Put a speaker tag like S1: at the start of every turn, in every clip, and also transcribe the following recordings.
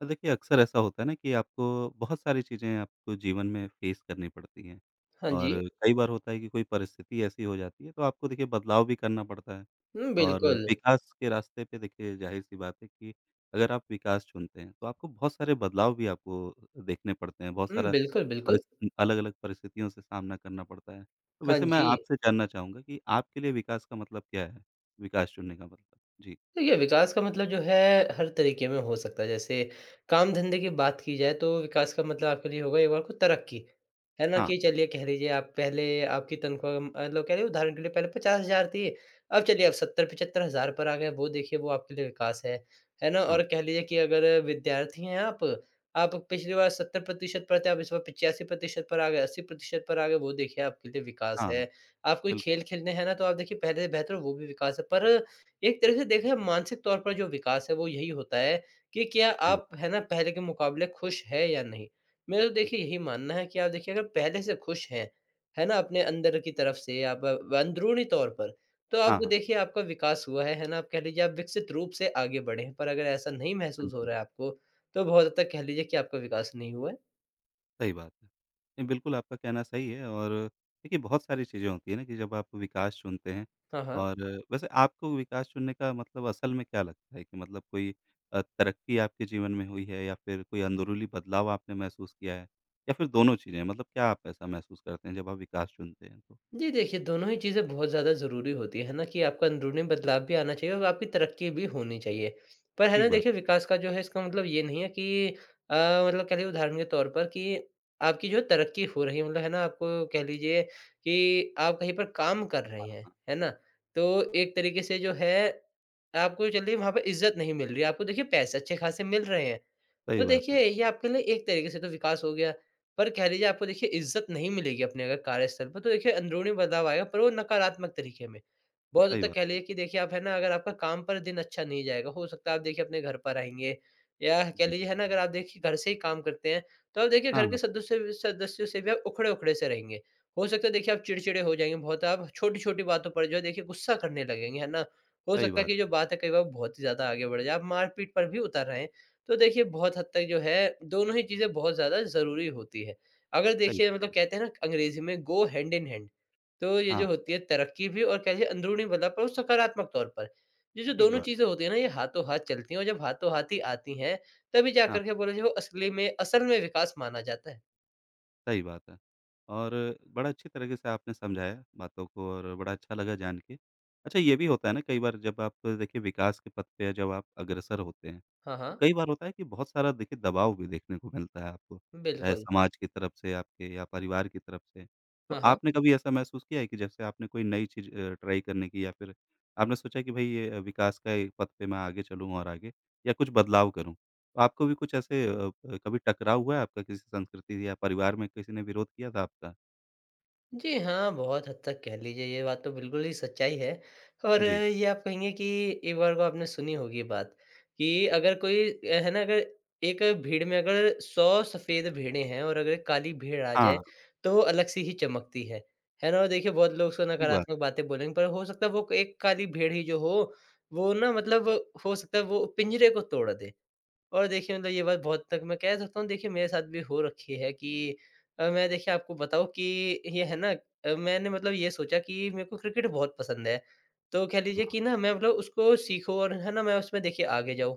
S1: तो देखिए, अक्सर ऐसा होता है ना कि आपको बहुत सारी चीज़ें आपको जीवन में फ़ेस करनी पड़ती हैं
S2: हाँ जी।
S1: और कई बार होता है कि कोई परिस्थिति ऐसी हो जाती है तो आपको देखिए बदलाव भी करना पड़ता है
S2: हुँ,
S1: और
S2: बिल्कुल।
S1: विकास के रास्ते पे देखिए ज़ाहिर-सी बात है कि अगर आप विकास चुनते हैं तो आपको बहुत सारे बदलाव भी आपको देखने पड़ते हैं, बहुत
S2: हुँ,
S1: सारा
S2: बिल्कुल, बिल्कुल।
S1: परिस्थ अलग-अलग परिस्थितियों से सामना करना पड़ता है। तो
S2: हाँ
S1: वैसे मैं
S2: जी।
S1: आपसे जानना चाहूँगा कि आपके लिए विकास का मतलब क्या है? विकास चुनने का मतलब? जी।
S2: देखिए, विकास का मतलब जो है हर तरीके में हो सकता है। जैसे काम-धंधे की बात की जाए तो विकास का मतलब आपके लिए होगा एक बार को तरक्की। है ना?
S1: हाँ,
S2: कि चलिए कह लीजिए आप पहले आपकी तनख्वाह मतलब कह रहे हैं उदाहरण के लिए पहले 50,000 थी, अब चलिए आप 70-75,000 पर आ गए, वो देखिए वो आपके लिए विकास है। है ना?
S1: हाँ,
S2: और कह लीजिए कि अगर विद्यार्थी हैं आप पिछली बार 70% पर थे, आप इस बार 85% पर आ गए, 80% पर आ गए, वो देखिए आपके लिए विकास है।
S1: हाँ,
S2: आप कोई
S1: बिल्कुल,
S2: खेल खेलने हैं ना, तो आप देखिए पहले से बेहतर हो, वो भी विकास है। पर एक तरह से देखें मानसिक तौर पर जो विकास है वो यही होता है कि क्या
S1: सही बात।
S2: आप है ना पहले के मुकाबले खुश है या नहीं? मेरा तो
S1: जी,
S2: देखिए यही मानना है कि आप देखिए अगर पहले से खुश हैं, है ना? अपने अंदर की तरफ से आप अंदरूनी तौर पर, तो आप
S1: हाँ, हाँ।
S2: देखिए आपका विकास हुआ है ना? आप कह लीजिए आप विकसित रूप से आगे बढ़े हैं, पर अगर ऐसा नहीं महसूस हो
S1: बिल्कुल,
S2: रहा है आपको, तो बहुत हद तक कह लीजिए कि आपका विकास नहीं हुआ है।
S1: सही बात है। नहीं, बिल्कुल आपका कहना सही है और देखिए बहुत सारी चीज़ें होती हैं ना कि जब आप विकास चुनते हैं
S2: हाँ, हाँ।
S1: और वैसे आपको विकास चुनने का मतलब असल में क्या लगता है कि मतलब कोई तरक्की आपके जीवन में हुई है या फिर कोई अंदरूनी बदलाव आपने महसूस किया है? या फिर दोनों चीज़ें? मतलब क्या आप ऐसा महसूस करते हैं जब आप विकास चुनते हैं तो?
S2: जी देखिए, दोनों ही चीज़ें बहुत ज़्यादा ज़रूरी होती हैं, है ना? कि आपका अंदरूनी बदलाव भी आना चाहिए और आपकी तरक्की भी होनी चाहिए। पर है ना
S1: ठीक बात,
S2: देखिए विकास का जो है इसका मतलब ये नहीं है कि अ, मतलब कह लीजिए उदाहरण के तौर पर कि आपकी जो तरक्की हो रही है मतलब है ना आपको कह लीजिए कि आप कहीं पर काम कर रहे हैं, है ना? तो एक तरीके से जो है, आपको चलिए वहाँ पे इज़्ज़त नहीं मिल रही है, आपको देखिए पैसे अच्छे-खासे मिल रहे हैं।
S1: सही
S2: तो
S1: बात है,
S2: देखिए, ये आपके लिए एक तरीके से तो विकास हो गया, पर कह लीजिए आपको देखिए इज़्ज़त नहीं मिलेगी अपने अगर कार्यस्थल पर, तो देखिए अंदरूनी बदलाव आएगा पर वो नकारात्मक तरीके में। बहुत हद
S1: सही
S2: तक
S1: बात
S2: कह
S1: है।
S2: लीजिए कि देखिए आप है ना अगर आपका काम पर दिन अच्छा नहीं जाएगा, हो सकता है आप देखिए अपने घर पर आएँगे या कह
S1: जी।
S2: लीजिए है ना अगर आप देखिए घर से ही काम करते हैं, तो आप देखिए
S1: हाँ,
S2: घर के
S1: हाँ,
S2: सदस्यों से भी आप उखड़े-उखड़े से रहेंगे। हो सकता है देखिए आप चिड़चिड़े हो जाएँगे बहुत, आप छोटी-छोटी बातों पर जो है देखिए गुस्सा करने लगेंगे, है ना? हो
S1: सही
S2: सकता है
S1: बात,
S2: कि जो बात है कई बार बहुत ही ज़्यादा आगे बढ़ जाए, आप मार-पीट पर भी उतर आएँ। तो देखिए बहुत हद तक जो है दोनों ही चीज़ें बहुत ज़्यादा ज़रूरी होती है। अगर
S1: सही
S2: देखिए मतलब
S1: बात।
S2: कहते हैं ना अंग्रेज़ी में गो हैंड इन हैंड, तो ये
S1: हाँ,
S2: जो होती है तरक्की भी और कह लीजिए अंदरूनी बदलाव पर और सकारात्मक तौर पर। ये जो
S1: ठीक
S2: दोनों
S1: बात।
S2: चीज़ें होती हैं ना ये हाथों-हाथ चलती हैं और जब हाथों-हाथ ही आती हैं, तभी जा
S1: हाँ।
S2: कर के बोला जाए वो असल में विकास माना जाता है।
S1: सही बात है। और बड़ा अच्छी तरीके से आपने समझाया बातों को और बड़ा अच्छा लगा जान के। अच्छा ये भी होता है ना कई बार जब आप देखिए विकास के पथ पे जब आप अग्रसर होते हैं,
S2: हाँ,
S1: तो
S2: हाँ।
S1: कई बार होता है कि बहुत सारा देखिए दबाव भी देखने को मिलता है आपको, चाहे
S2: बिल्कुल।
S1: समाज की तरफ से आपके या परिवार की तरफ से। तो
S2: हाँ, हाँ।
S1: आपने कभी ऐसा महसूस किया है कि जैसे आपने कोई नई चीज़ ट्राई करने की या फिर आपने सोचा कि भई ये विकास का एक पथ पे मैं आगे चलूँ और आगे या कुछ बदलाव करूँ? तो आपको भी कुछ ऐसे कभी टकराव हुआ है आपका किसी संस्कृति या परिवार में किसी ने विरोध किया था आपका?
S2: जी हाँ, बहुत हद तक कह लीजिए ये बात तो बिल्कुल ही सच्चाई है और
S1: जी।
S2: ये आप कहेंगे कि एक बार को आपने सुनी होगी बात कि अगर कोई है ना अगर एक भीड़ में अगर 100 सफ़ेद भेड़ें हैं और अगर काली भेड़ आ जाए,
S1: हाँ,
S2: तो वो अलग सी ही चमकती है। है ना? और देखिए बहुत लोग उसको
S1: ठीक बात,
S2: नकारात्मक बातें बोलेंगे पर हो सकता है वो एक काली भेड़ ही जो हो, वो ना मतलब हो सकता है वो पिंजरे को तोड़ दे। और देखिए मतलब ये बात बहुत तक मैं कह सकता हूँ, देखिए मेरे साथ भी हो रखी है कि मैं देखिए आपको बताऊँ कि ये है ना मैंने मतलब ये सोचा कि मेरे को क्रिकेट बहुत पसंद है। तो कह लीजिए कि ना मैं मतलब उसको सीखूँ और है ना मैं उसमें देखिए आगे जाऊँ।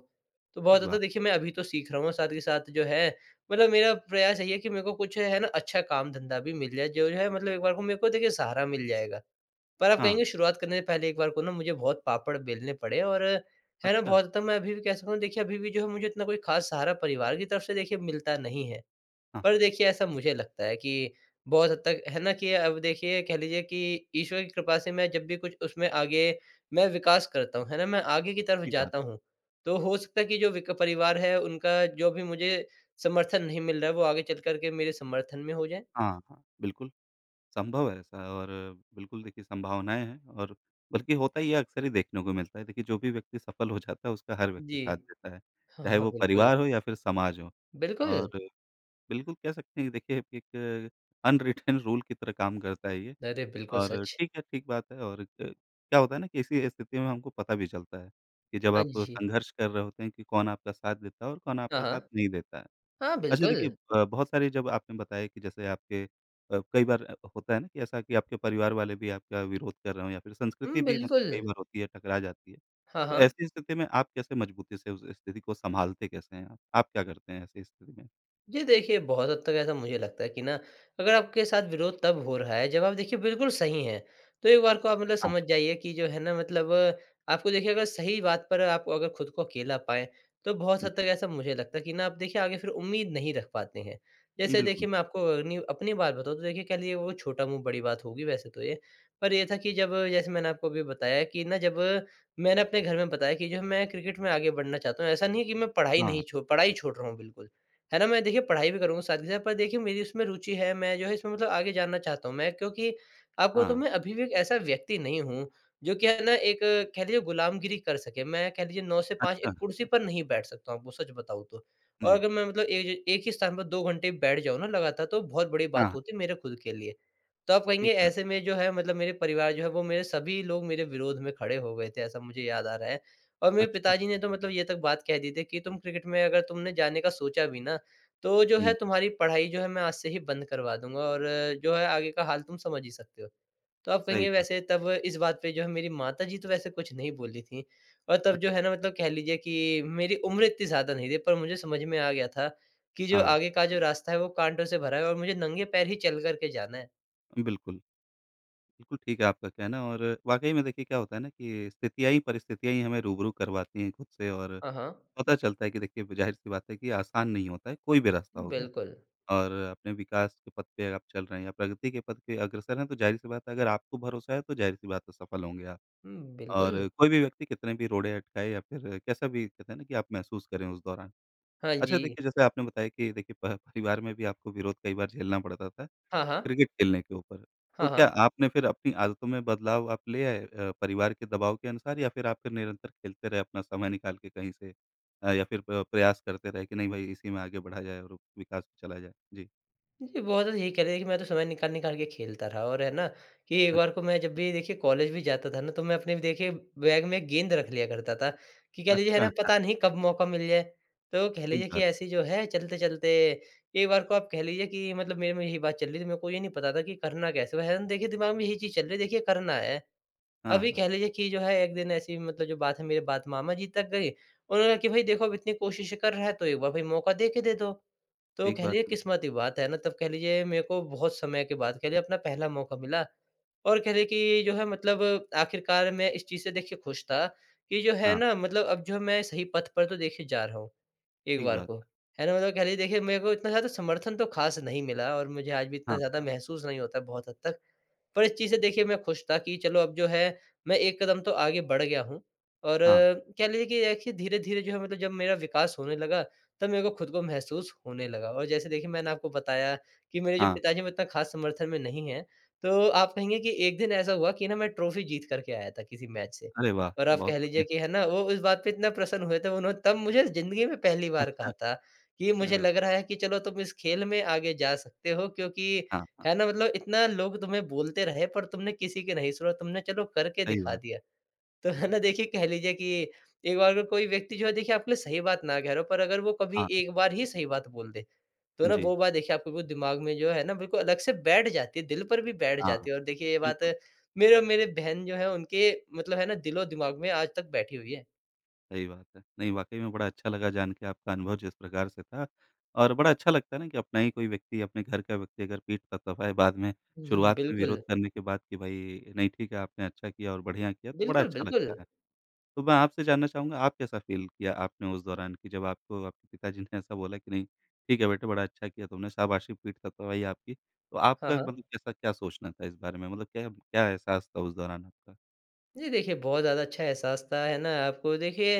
S2: तो बहुत
S1: ठीक
S2: ज़्यादा
S1: बात।
S2: देखिए मैं अभी तो सीख रहा हूँ साथ ही साथ जो है मतलब मेरा प्रयास यही है कि मेरे को कुछ है ना अच्छा काम धंधा भी मिल जाए, जो है मतलब एक बार को मेरे को देखिए सहारा मिल जाएगा। पर आप
S1: हाँ,
S2: कहेंगे शुरुआत करने से पहले एक बार को ना मुझे बहुत पापड़ बेलने पड़े, और है ना
S1: अच्छा।
S2: बहुत तब मैं अभी भी कह सकता हूँ देखिए अभी भी जो है मुझे इतना कोई ख़ास सहारा परिवार की तरफ से देखिए मिलता नहीं है।
S1: हाँ,
S2: पर
S1: हाँ,
S2: देखिए ऐसा
S1: हाँ,
S2: मुझे लगता है कि बहुत हद तक है ना कि अब देखिए कह लीजिए कि ईश्वर की कृपा से मैं जब भी कुछ उसमें आगे मैं विकास करता हूँ, है ना? मैं आगे की तरफ
S1: ठीक बात।
S2: जाता हूँ, तो हो सकता है कि जो विक परिवार है उनका जो भी मुझे समर्थन नहीं मिल रहा है वो आगे चल कर के मेरे समर्थन में हो जाए।
S1: हाँ, हाँ, बिल्कुल संभव है ऐसा और बिल्कुल देखिए संभावनाएँ हैं और बल्कि होता ये अक्सर ही देखने को मिलता है। देखिए जो भी व्यक्ति सफल हो जाता है उसका हर व्यक्ति
S2: जी।
S1: साथ देता है,
S2: हाँ,
S1: चाहे
S2: हाँ,
S1: वो
S2: बिल्कुल।
S1: परिवार हो या फिर समाज हो।
S2: बिल्कुल।
S1: और बिल्कुल कह सकते हैं कि देखिए एक अनरिटेन रूल की तरह काम करता है ये
S2: अरे! बिल्कुल
S1: और
S2: सच।
S1: ठीक है, ठीक बात है और क क्या होता है ना कि ऐसी स्थिति में हमको पता भी चलता है, कि जब
S2: हाँ
S1: आप
S2: जी।
S1: संघर्ष कर रहे होते हैं कि कौन आपका साथ देता है और कौन
S2: हाँ,
S1: आपका
S2: हाँ।
S1: साथ नहीं देता है।
S2: हाँ,
S1: अच्छा
S2: बिल्कुल।
S1: देखिए अ, बहुत सारे जब आपने बताया कि जैसे आपके कई बार होता है ना कि ऐसा कि आपके परिवार वाले भी आपका विरोध कर रहे हों या फिर
S2: हुँ,
S1: संस्कृति भी मतलब
S2: बिल्कुल।
S1: कई बार होती है, टकरा जाती है।
S2: हाँ,
S1: तो
S2: हाँ।
S1: ऐसी स्थिति में आप कैसे मजबूती से उस स्थिति को सँभालते कैसे हैं आप? आप क्या करते हैं ऐसी स्थिति में?
S2: जी देखिए, बहुत हद तक ऐसा मुझे लगता है कि ना अगर आपके साथ विरोध तब हो रहा है जब आप देखिए बिल्कुल सही हैं। तो एक बार को आप मतलब
S1: हाँ,
S2: समझ जाइए कि जो है ना मतलब आपको देखिए अगर सही बात पर आप अगर खुद को अकेला पाएँ, तो बहुत हद तक ऐसा मुझे लगता है कि ना आप देखिए आगे फिर उम्मीद नहीं रख पाते हैं।
S1: जी
S2: जैसे
S1: बिल्कुल।
S2: देखिए मैं आपको अपनी अपनी बात बताऊँ, तो देखिए कह लीजिए वो छोटा मुँह बड़ी बात होगी वैसे तो ये। पर ये था कि जब जैसे मैंने आपको अभी बताया कि ना जब मैंने अपने घर में बताया कि जो है मैं क्रिकेट में आगे बढ़ना चाहता हूँ, ऐसा नहीं है कि मैं पढ़ाई नहीं
S1: हाँ,
S2: छो पढ़ाई छोड़ रहा हूँ बिल्कुल। है ना? मैं देखिए पढ़ाई भी करूँगा साथ के साथ, पर देखिए मेरी उसमें रुचि है, मैं जो है इसमें मतलब आगे जानना चाहता हूँ मैं क्योंकि आपको तो
S1: हाँ।
S2: मैं अभी भी एक ऐसा व्यक्ति नहीं हूँ, जो कि है ना एक कह लीजिए गुलामगिरी कर सके। मैं कह लीजिए 9 से 5
S1: अच्छा,
S2: एक कुर्सी पर नहीं बैठ सकता हूँ, आपको सच बताऊँ तो। और
S1: जी।
S2: अगर मैं मतलब एक एक ही स्थान पर 2 घंटे बैठ जाऊँ ना लगातार, तो बहुत बड़ी बात
S1: हाँ,
S2: होती है मेरे खुद के लिए। तो आप कहेंगे
S1: ठीक बात
S2: ऐसे
S1: है।
S2: में जो है मतलब मेरे परिवार जो है वो मेरे सभी लोग मेरे विरोध में खड़े हो गए थे, ऐसा मुझे याद आ रहा है। और मेरे
S1: अच्छा।
S2: पिताजी ने तो मतलब ये तक बात कह दी थी कि तुम क्रिकेट में अगर तुमने जाने का सोचा भी ना, तो जो है
S1: हुँ।
S2: तुम्हारी पढ़ाई जो है मैं आज से ही बंद करवा दूँगा, और जो है आगे का हाल तुम समझ ही सकते हो। तो आप
S1: सही
S2: कहेंगे
S1: बात।
S2: वैसे तब इस बात पे जो है मेरी माताजी तो वैसे कुछ नहीं बोली थी, और तब जो
S1: अच्छा
S2: है ना मतलब कह लीजिए कि मेरी उम्र इतनी ज़्यादा नहीं थी पर मुझे समझ में आ गया था कि जो
S1: हाँ,
S2: आगे का जो रास्ता है वो काँटों से भरा है और मुझे नंगे पैर ही चल कर के जाना है।
S1: बिल्कुल, बिल्कुल ठीक है आपका कहना और वाक़ई में देखिए क्या होता है ना कि स्थितियाँ ही परिस्थितियाँ ही हमें रूबरू करवाती हैं खुद से और
S2: हाँ, हाँ।
S1: पता चलता है कि देखिए ज़ाहिर-सी बात है कि आसान नहीं होता है, कोई भी रास्ता हो गया
S2: बिल्कुल।
S1: और अपने विकास के पथ पे आप चल रहे हैं या प्रगति के पथ पे अग्रसर हैं, तो ज़ाहिर-सी बात है अगर आपको भरोसा है, तो ज़ाहिर-सी बात है सफल होंगे आप
S2: हुँ, बिल्कुल।
S1: और कोई भी व्यक्ति कितने भी रोड़े अटकाए या फिर कैसा भी कहते हैं ना कि आप महसूस करें उस दौरान।
S2: हाँ
S1: अच्छा
S2: जी।
S1: देखिए जैसे आपने बताया कि देखिए प परिवार में भी आपको विरोध कई बार झेलना पड़ता था,
S2: हाँ, हाँ।
S1: क्रिकेट खेलने के ऊपर। तो
S2: हाँ, हाँ।
S1: क्या आपने फिर अपनी आदतों में बदलाव आप ले आए परिवार के दबाव के अनुसार या फिर आप फिर निरंतर खेलते रहे अपना समय निकाल के कहीं से? या फिर प प्रयास करते रहे कि नहीं भाई इसी में आगे बढ़ा जाए और विकास में चला जाए? जी।
S2: जी, बहुत ज़्यादा यही कह रहे थे कि मैं तो समय निकाल निकाल के खेलता रहा, और है ना कि एक बार
S1: अच्छ
S2: को मैं जब भी देखिए कॉलेज भी जाता था ना तो मैं अपने भी देखिए बैग में गेंद रख लिया करता था कि कह लीजिए है
S1: अच्छा,
S2: ना
S1: हाँ,
S2: पता नहीं कब मौका मिल जाए। तो कह
S1: ठीक
S2: लीजिए कि
S1: बात है।
S2: ऐसी जो है चलते चलते एक बार को आप कह लीजिए कि मतलब मेरे में यही बात चल रही थी, मेरे को ये नहीं पता था कि करना कैसे है ना, देखिए दिमाग में यही चीज़ चल रही है, देखिए करना है।
S1: हाँ,
S2: अभी
S1: हाँ,
S2: कह लीजिए कि जो है एक दिन ऐसी मतलब जो बात है मेरे बात मामा जी तक गई, उन्होंने कहा कि भाई देखो अब इतनी कोशिश कर रहा है तो एक बार भाई मौका दे के दे दो। तो
S1: ठीक
S2: कह
S1: बात
S2: लीजिए
S1: है।
S2: किस्मत की बात है ना, तब कह लीजिए मेरे को बहुत समय के बाद कह लीजिए अपना पहला मौका मिला। और कह लीजिए कि जो है मतलब आखिरकार मैं इस चीज़ से देखिए खुश था कि जो है
S1: हाँ,
S2: ना मतलब अब जो मैं सही पथ पर तो देखिए जा रहा हूँ, एक
S1: ठीक
S2: बार
S1: बात
S2: को।
S1: है।
S2: है ना? मतलब कह लीजिए देखिए, मेरे को इतना ज़्यादा समर्थन तो ख़ास नहीं मिला और मुझे आज भी इतना
S1: हाँ,
S2: ज़्यादा
S1: हाँ,
S2: महसूस नहीं होता बहुत हद तक। पर इस चीज़ से देखिए मैं खुश था कि चलो, अब जो है, मैं एक कदम तो आगे बढ़ गया हूँ। और
S1: हाँ,
S2: कह लीजिए कि देखिए धीरे-धीरे जो है मतलब जब मेरा विकास होने लगा, तब मेरे को खुद को महसूस होने लगा। और जैसे देखिए मैंने आपको बताया कि मेरे जो
S1: हाँ।
S2: पिताजी में इतना ख़ास समर्थन में नहीं हैं। तो आप कहेंगे कि एक दिन ऐसा हुआ कि ना, मैं ट्रॉफ़ी जीत कर के आया था किसी मैच से।
S1: अरे वाह!
S2: और आप
S1: बहुत
S2: कह लीजिए
S1: बढ़िया।
S2: कि है ना, वो इस बात पे इतना प्रसन्न हुए थे, उन्होंने तब मुझे ज़िंदगी में पहली बार कहा
S1: अच्छा,
S2: था कि मुझे
S1: अरे वाह!
S2: लग रहा है कि चलो, तुम इस खेल में आगे जा सकते हो क्योंकि
S1: हाँ, हाँ,
S2: है ना? मतलब इतना लोग तुम्हें बोलते रहे, पर तुमने किसी की नहीं सुना, तुमने चलो करके
S1: सही
S2: दिखा
S1: बात।
S2: दिया। तो है
S1: जी।
S2: ना, देखिए कह लीजिए कि एक बार अगर कोई व्यक्ति जो है देखिए आपके लिए सही बात ना कह रहा हो, पर अगर वो कभी
S1: हाँ,
S2: एक बार ही सही बात बोल दे, तो ना,
S1: जी।
S2: वो बात देखिए आपके बिल्कुल दिमाग में जो है ना, बिल्कुल अलग से बैठ जाती है, दिल पर भी बैठ
S1: हाँ,
S2: जाती है, और देखिए ये बात
S1: बिल्कुल।
S2: मेरे और मेरे बहन जो है उनके, मतलब है ना, दिलो-दिमाग में आज तक बैठी हुई है।
S1: सही बात है। नहीं, वाक़ई में बड़ा अच्छा लगा जान के आपका अनुभव जिस प्रकार से था और बड़ा अच्छा लगता है ना कि अपना ही कोई व्यक्ति, अपने घर का व्यक्ति अगर पीठ थपथपाए बाद में,
S2: हुँ, हुँ,
S1: शुरुआत में विरोध
S2: बिल्कुल।
S1: करने के बाद कि भई नहीं ठीक है, आपने अच्छा किया और बढ़िया किया, तो बड़ा
S2: बिल्कुल,
S1: अच्छा
S2: बिल्कुल।
S1: लगता है। तो मैं आपसे जानना चाहूँगा आप कैसा फ़ील किया आपने उस दौरान कि जब आपको आपके पिताजी ने ऐसा बोला कि नहीं, ठीक है बेटे बड़ा अच्छा किया तुमने, शाबाशी पीठ थपथपाई आपकी। तो
S2: हाँ,
S1: आपका
S2: हाँ।
S1: मतलब कैसा क्या सोचना था इस बारे में? मतलब क्या क्या एहसास था उस दौरान आपका?
S2: जी, देखिए बहुत ज़्यादा अच्छा एहसास था, है ना? आपको देखिए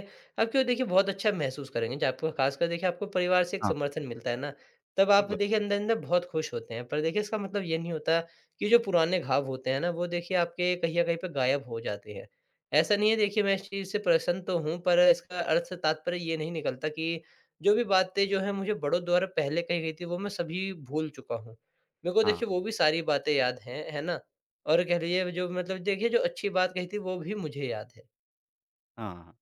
S2: आप क्यों देखिए बहुत अच्छा महसूस करेंगे, जब आपको ख़ासकर देखिए आपको परिवार से एक
S1: हाँ, हाँ, हाँ,
S2: समर्थन मिलता है ना, तब
S1: ठीक
S2: आप
S1: बात
S2: देखिए
S1: है।
S2: अंदर-अंदर बहुत खुश होते हैं। पर देखिए इसका मतलब ये नहीं होता कि जो पुराने घाव होते हैं ना, वो देखिए आपके कहीं न कहीं पे गायब हो जाते हैं। ऐसा नहीं है, देखिए मैं इस चीज़ से प्रसन्न तो हूँ, पर इसका अर्थ तात्पर्य ये नहीं निकलता कि जो भी बातें जो हैं मुझे बड़ों द्वारा पहले कही गई थी, वो मैं सभी भूल चुका हूँ। मेरे को
S1: हाँ,
S2: देखिए वो भी सारी बातें याद हैं, है ना? और कह लीजिए जो मतलब देखिए जो अच्छी बात कही थी, वो भी मुझे याद है।
S1: हाँ, हाँ।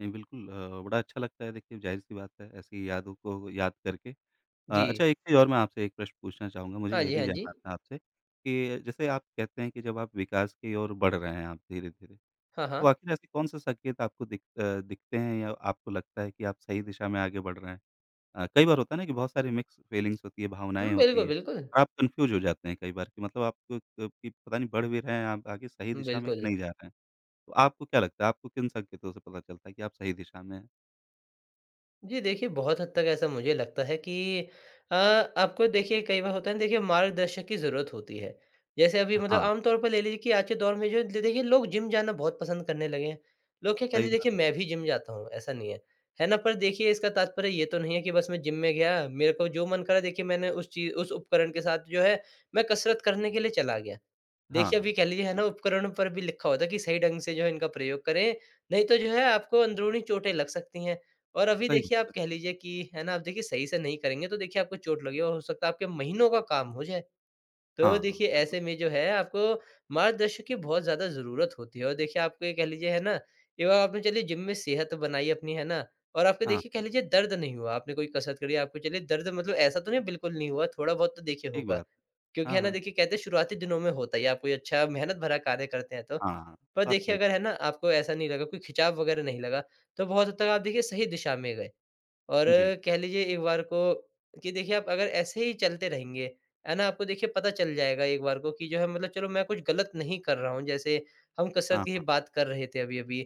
S1: नहीं, बिल्कुल बड़ा अच्छा लगता है देखिए ज़ाहिर-सी बात है ऐसी यादों को याद करके।
S2: जी।
S1: अच्छा एक चीज़ और मैं आपसे एक प्रश्न पूछना चाहूँगा, मुझे
S2: हाँ
S1: ये
S2: जी,
S1: भी
S2: हाँ जी।
S1: जानना था आपसे कि जैसे आप कहते हैं कि जब आप विकास की ओर बढ़ रहे हैं आप धीरे-धीरे,
S2: हाँ,
S1: तो
S2: हाँ।
S1: आखिर ऐसे कौन-से संकेत आपको दिखते हैं या आपको लगता है कि आप सही दिशा में आगे बढ़ रहे हैं? कई बार होता है ना कि बहुत सारी मिक्स फीलिंग्स होती है, भावनाएँ
S2: हुँ,
S1: होती
S2: बिल्कुल,
S1: हैं,
S2: बिल्कुल।
S1: और आप कन्फ्यूज़ हो जाते हैं कई बार कि मतलब आपको क कि पता नहीं बढ़ भी रहे हैं आप आगे सही दिशा में कि
S2: बिल्कुल।
S1: नहीं जा रहे हैं। तो आपको क्या लगता है, आपको किन संकेतों से पता चलता है कि आप सही दिशा में हैं?
S2: जी, देखिए बहुत हद तक ऐसा मुझे लगता है कि अ, आपको देखिए कई बार होता है ना, देखिए मार्गदर्शक की ज़रूरत होती है। जैसे अभी मतलब
S1: हाँ,
S2: आम तौर पर ले लीजिए कि आज के दौर में जो दे देखिए लोग जिम जाना बहुत पसंद करने लगे हैं। लोग क्या कहते
S1: सही
S2: हैं
S1: बात
S2: देखिए, मैं भी जिम जाता हूँ, ऐसा नहीं है। है ना? पर देखिए इसका तात्पर्य ये तो नहीं है कि बस मैं जिम में गया, मेरे को जो मन करा देखिए मैंने उस उपकरण के साथ जो है मैं कसरत करने के लिए चला गया।
S1: हाँ,
S2: देखिए
S1: हाँ।
S2: अभी कह लीजिए है
S1: बिल
S2: ना, उपकरणों पर भी लिखा होता है कि सही ढंग से जो है इनका प्रयोग करें, नहीं तो जो है आपको अंदरूनी चोटें लग सकती हैं। और अभी
S1: सही
S2: देखिए आप
S1: बात है।
S2: कह लीजिए कि है ना, आप देखिए सही से नहीं करेंगे तो देखिए आपको चोट लगे और हो सकता है आपके महीनों का काम हो जाए। तो
S1: हाँ,
S2: देखिए ऐसे में जो है आपको मार्गदर्शक की बहुत ज़्यादा ज़रूरत होती है, और देखिए आपको ये कह लीजिए है ना, एक बार आपने चलिए जिम में सेहत बनाई अपनी, है ना, और आपको
S1: हाँ,
S2: देखिए कह लीजिए दर्द नहीं हुआ, आपने कोई कसरत करी आपको चलिए दर्द मतलब ऐसा तो नहीं, बिल्कुल नहीं हुआ, थोड़ा बहुत तो देखिए
S1: ठीक
S2: होगा।
S1: बात है।
S2: क्योंकि है ना,
S1: हाँ,
S2: देखिए कहते हैं शुरुआती दिनों में होता ही है, आप कोई अच्छा मेहनत भरा कार्य करते हैं तो।
S1: हाँ, हाँ,
S2: पर
S1: बात
S2: देखिए
S1: सही है।
S2: अगर है ना आपको ऐसा नहीं लगा, कोई खिंचाव वगैरह नहीं लगा, तो बहुत हद तक आप देखिए सही दिशा में गए। और
S1: जी,
S2: कह लीजिए एक बार को कि देखिए आप अगर ऐसे ही चलते रहेंगे, है ना? आपको देखिए पता चल जाएगा एक बार को कि जो है मतलब चलो, मैं कुछ गलत नहीं कर रहा हूँ। जैसे हम कसरत
S1: हाँ,
S2: की ही
S1: हाँ,
S2: बात कर रहे थे अभी-अभी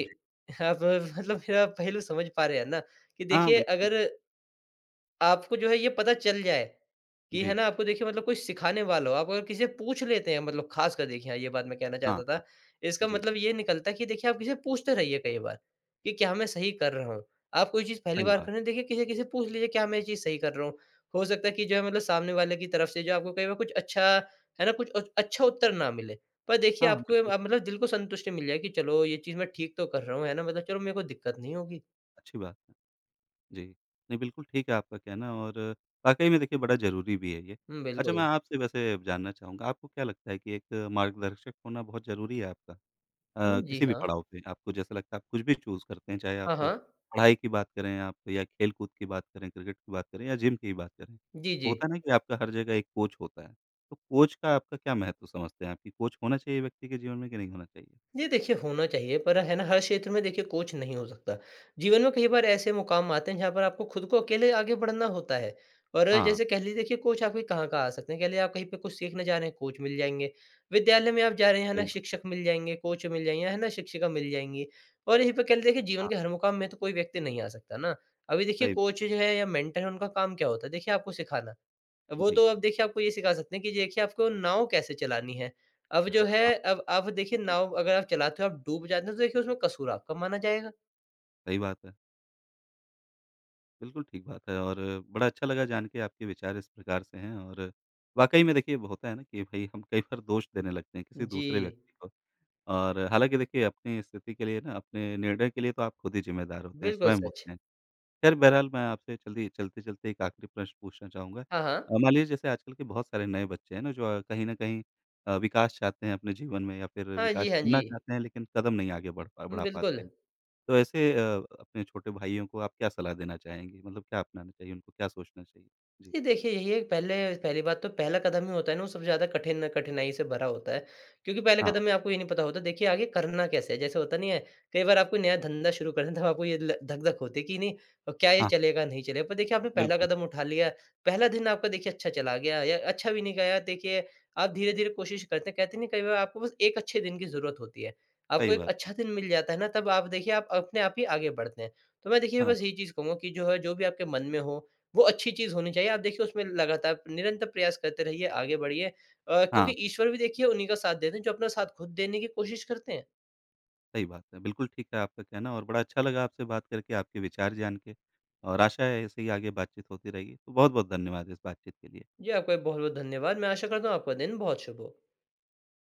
S1: जी।
S2: आप मतलब मेरा पहलू समझ पा रहे हैं ना? कि
S1: हाँ,
S2: देखिए
S1: बिल्कुल।
S2: अगर आपको जो है ये पता चल जाए कि है
S1: जी,
S2: ना, आपको देखिए मतलब कोई सिखाने वाला हो, आप अगर किसी से पूछ लेते हैं मतलब ख़ासकर देखिए, हाँ, ये बात मैं कहना
S1: हाँ,
S2: चाहता था। इसका
S1: जी,
S2: मतलब ये निकलता है कि देखिए आप किसी से पूछते रहिए कई बार, कि क्या मैं सही कर रहा हूँ? आप कोई चीज़ पहली
S1: सही
S2: बार कर
S1: बात।
S2: रहे हैं देखिए, किसी किसी से पूछ लीजिए, क्या मैं ये चीज़ सही कर रहा हूँ? हो सकता है कि जो है मतलब सामने वाले की तरफ से जो आपको कई बार कुछ अच्छा, है ना, कुछ अच्छा उत्तर ना मिले। पर देखिए
S1: हाँ,
S2: आपको
S1: बिल्कुल,
S2: मतलब दिल को संतुष्टि मिल जाए कि चलो, ये चीज़ मैं ठीक तो कर रहा हूँ, है ना? मतलब चलो, मेरे को दिक्कत नहीं होगी।
S1: अच्छी बात है। जी, नहीं बिल्कुल ठीक है आपका कहना और वाक़ई में देखिए बड़ा ज़रूरी भी है ये।
S2: हुँ,
S1: अच्छा मैं
S2: बिल्कुल।
S1: आपसे वैसे जानना चाहूँगा, आपको क्या लगता है कि एक मार्गदर्शक होना बहुत ज़रूरी है आपका?
S2: हुँ, जी
S1: किसी भी
S2: हाँ।
S1: पड़ाव पे आपको जैसा लगता है आप कुछ भी चूज़ करते हैं, चाहे आप
S2: हाँ, हाँ।
S1: पढ़ाई की बात करें आप या खेल-कूद की बात करें, क्रिकेट की बात करें या जिम की बात करें।
S2: जी,
S1: तो
S2: जी।
S1: होता है ना कि आपका हर जगह एक कोच होता है, तो कोच का आपका क्या महत्व समझते हैं आप कि कोच होना चाहिए व्यक्ति के जीवन में कि नहीं होना चाहिए?
S2: जी, देखिए होना चाहिए, पर है ना, हर क्षेत्र में देखिए कोच नहीं हो सकता। जीवन में कई बार ऐसे मुकाम आते हैं जहाँ पर आपको खुद को अकेले आगे बढ़ना होता है। और
S1: हाँ,
S2: जैसे कह लीजिए देखिए कोच आपके कहाँ-कहाँ आ सकते हैं, कह लीजिए आप कहीं पे कुछ सीखने जा रहे हैं, कोच मिल जाएँगे, विद्यालय में आप जा रहे हैं, है ना,
S1: सही बात है।
S2: शिक्षक मिल जाएँगे, कोच मिल जाएँगे, है ना, शिक्षिका मिल जाएँगी। और यहीं पे कह लीजिए देखिए जीवन
S1: हाँ,
S2: के हर मुकाम में तो कोई व्यक्ति नहीं आ सकता ना। अभी देखिए
S1: सही
S2: कोच
S1: बात
S2: जो है या मेंटर है उनका काम क्या होता है? देखिए आपको सिखाना। वो
S1: जी।
S2: तो अब देखिए आपको ये सिखा सकते हैं कि देखिए आपको नाव कैसे चलानी है। अब जो है,
S1: हाँ,
S2: अब देखिए
S1: जी,
S2: नाव अगर आप चलाते हो, आप डूब जाते हो, तो देखिए उसमें कसूर आपका माना जाएगा।
S1: सही बात है। बिल्कुल ठीक बात है और बड़ा अच्छा लगा जान के आपके विचार इस प्रकार से हैं और वाक़ई में देखिए होता है ना कि भई हम कई बार दोष देने लगते हैं किसी
S2: जी,
S1: दूसरे व्यक्ति को। और हालाँकि देखिए अपनी स्थिति के लिए ना अपने निर्णय के लिए तो आप खुद ही ज़िम्मेदार होते हैं,
S2: बिल्कुल
S1: स्वयं
S2: सच।
S1: होते हैं। ख़ैर बहरहाल मैं आपसे जल्दी चलते-चलते एक आख़िरी प्रश्न पूछना चाहूँगा।
S2: हाँ, हाँ।
S1: मान लीजिए जैसे आजकल के बहुत सारे नए बच्चे हैं ना जो कहीं न कहीं विकास चाहते हैं अपने जीवन में या फ़िर
S2: हाँ जी,
S1: विकास
S2: हाँ जी।
S1: चुनना चाहते हैं लेकिन कदम नहीं आगे
S2: हुँ,
S1: बढ़ा
S2: बिल्कुल।
S1: पाते हैं। तो ऐसे अपने छोटे भाइयों को आप क्या सलाह देना चाहेंगे? मतलब क्या अपनाना चाहिए उनको, क्या सोचना चाहिए? जी।
S2: जी, देखिए यही है, पहले पहली बात तो पहला कदम ही होता है ना, वो सबसे ज़्यादा कठिनाई से भरा होता है। क्योंकि पहले
S1: हाँ,
S2: कदम में आपको ये नहीं पता होता देखिए आगे करना कैसे है? जैसे होता नहीं है, कई बार आपको नया धंधा शुरू करना, तब आपको ये ल धक-धक होती है कि नहीं, क्या ये
S1: हाँ,
S2: चलेगा, नहीं चलेगा? पर देखिए आपने पहला
S1: बिल्कुल,
S2: कदम उठा लिया, पहला दिन आपका देखिए अच्छा चला गया या अच्छा भी नहीं गया, देखिए आप धीरे-धीरे कोशिश करते हैं, कहते नहीं, कई बार आपको बस एक अच्छे दिन की ज़रूरत होती है। आपको
S1: सही
S2: एक
S1: बात है।
S2: अच्छा दिन मिल जाता है ना, तब आप देखिए आप अपने आप ही आगे बढ़ते हैं। तो मैं देखिए
S1: हाँ,
S2: बस यही चीज़ कहूँगा कि जो है जो भी आपके मन में हो, वो अच्छी चीज़ होनी चाहिए। आप देखिए उसमें लगातार निरंतर प्रयास करते रहिए, आगे बढ़िए,
S1: हाँ।
S2: क्योंकि ईश्वर भी देखिए उन्हीं का साथ देते हैं जो अपना साथ खुद देने की कोशिश करते हैं।
S1: सही बात है। बिल्कुल ठीक है आपका कहना और बड़ा अच्छा लगा आपसे बात करके, आपके विचार जान के और आशा है ऐसे ही आगे बातचीत होती रहेगी। तो बहुत-बहुत धन्यवाद इस बातचीत के लिए।
S2: जी, आपका बहुत-बहुत धन्यवाद। मैं आशा करता हूँ आपका दिन बहुत शुभ हो।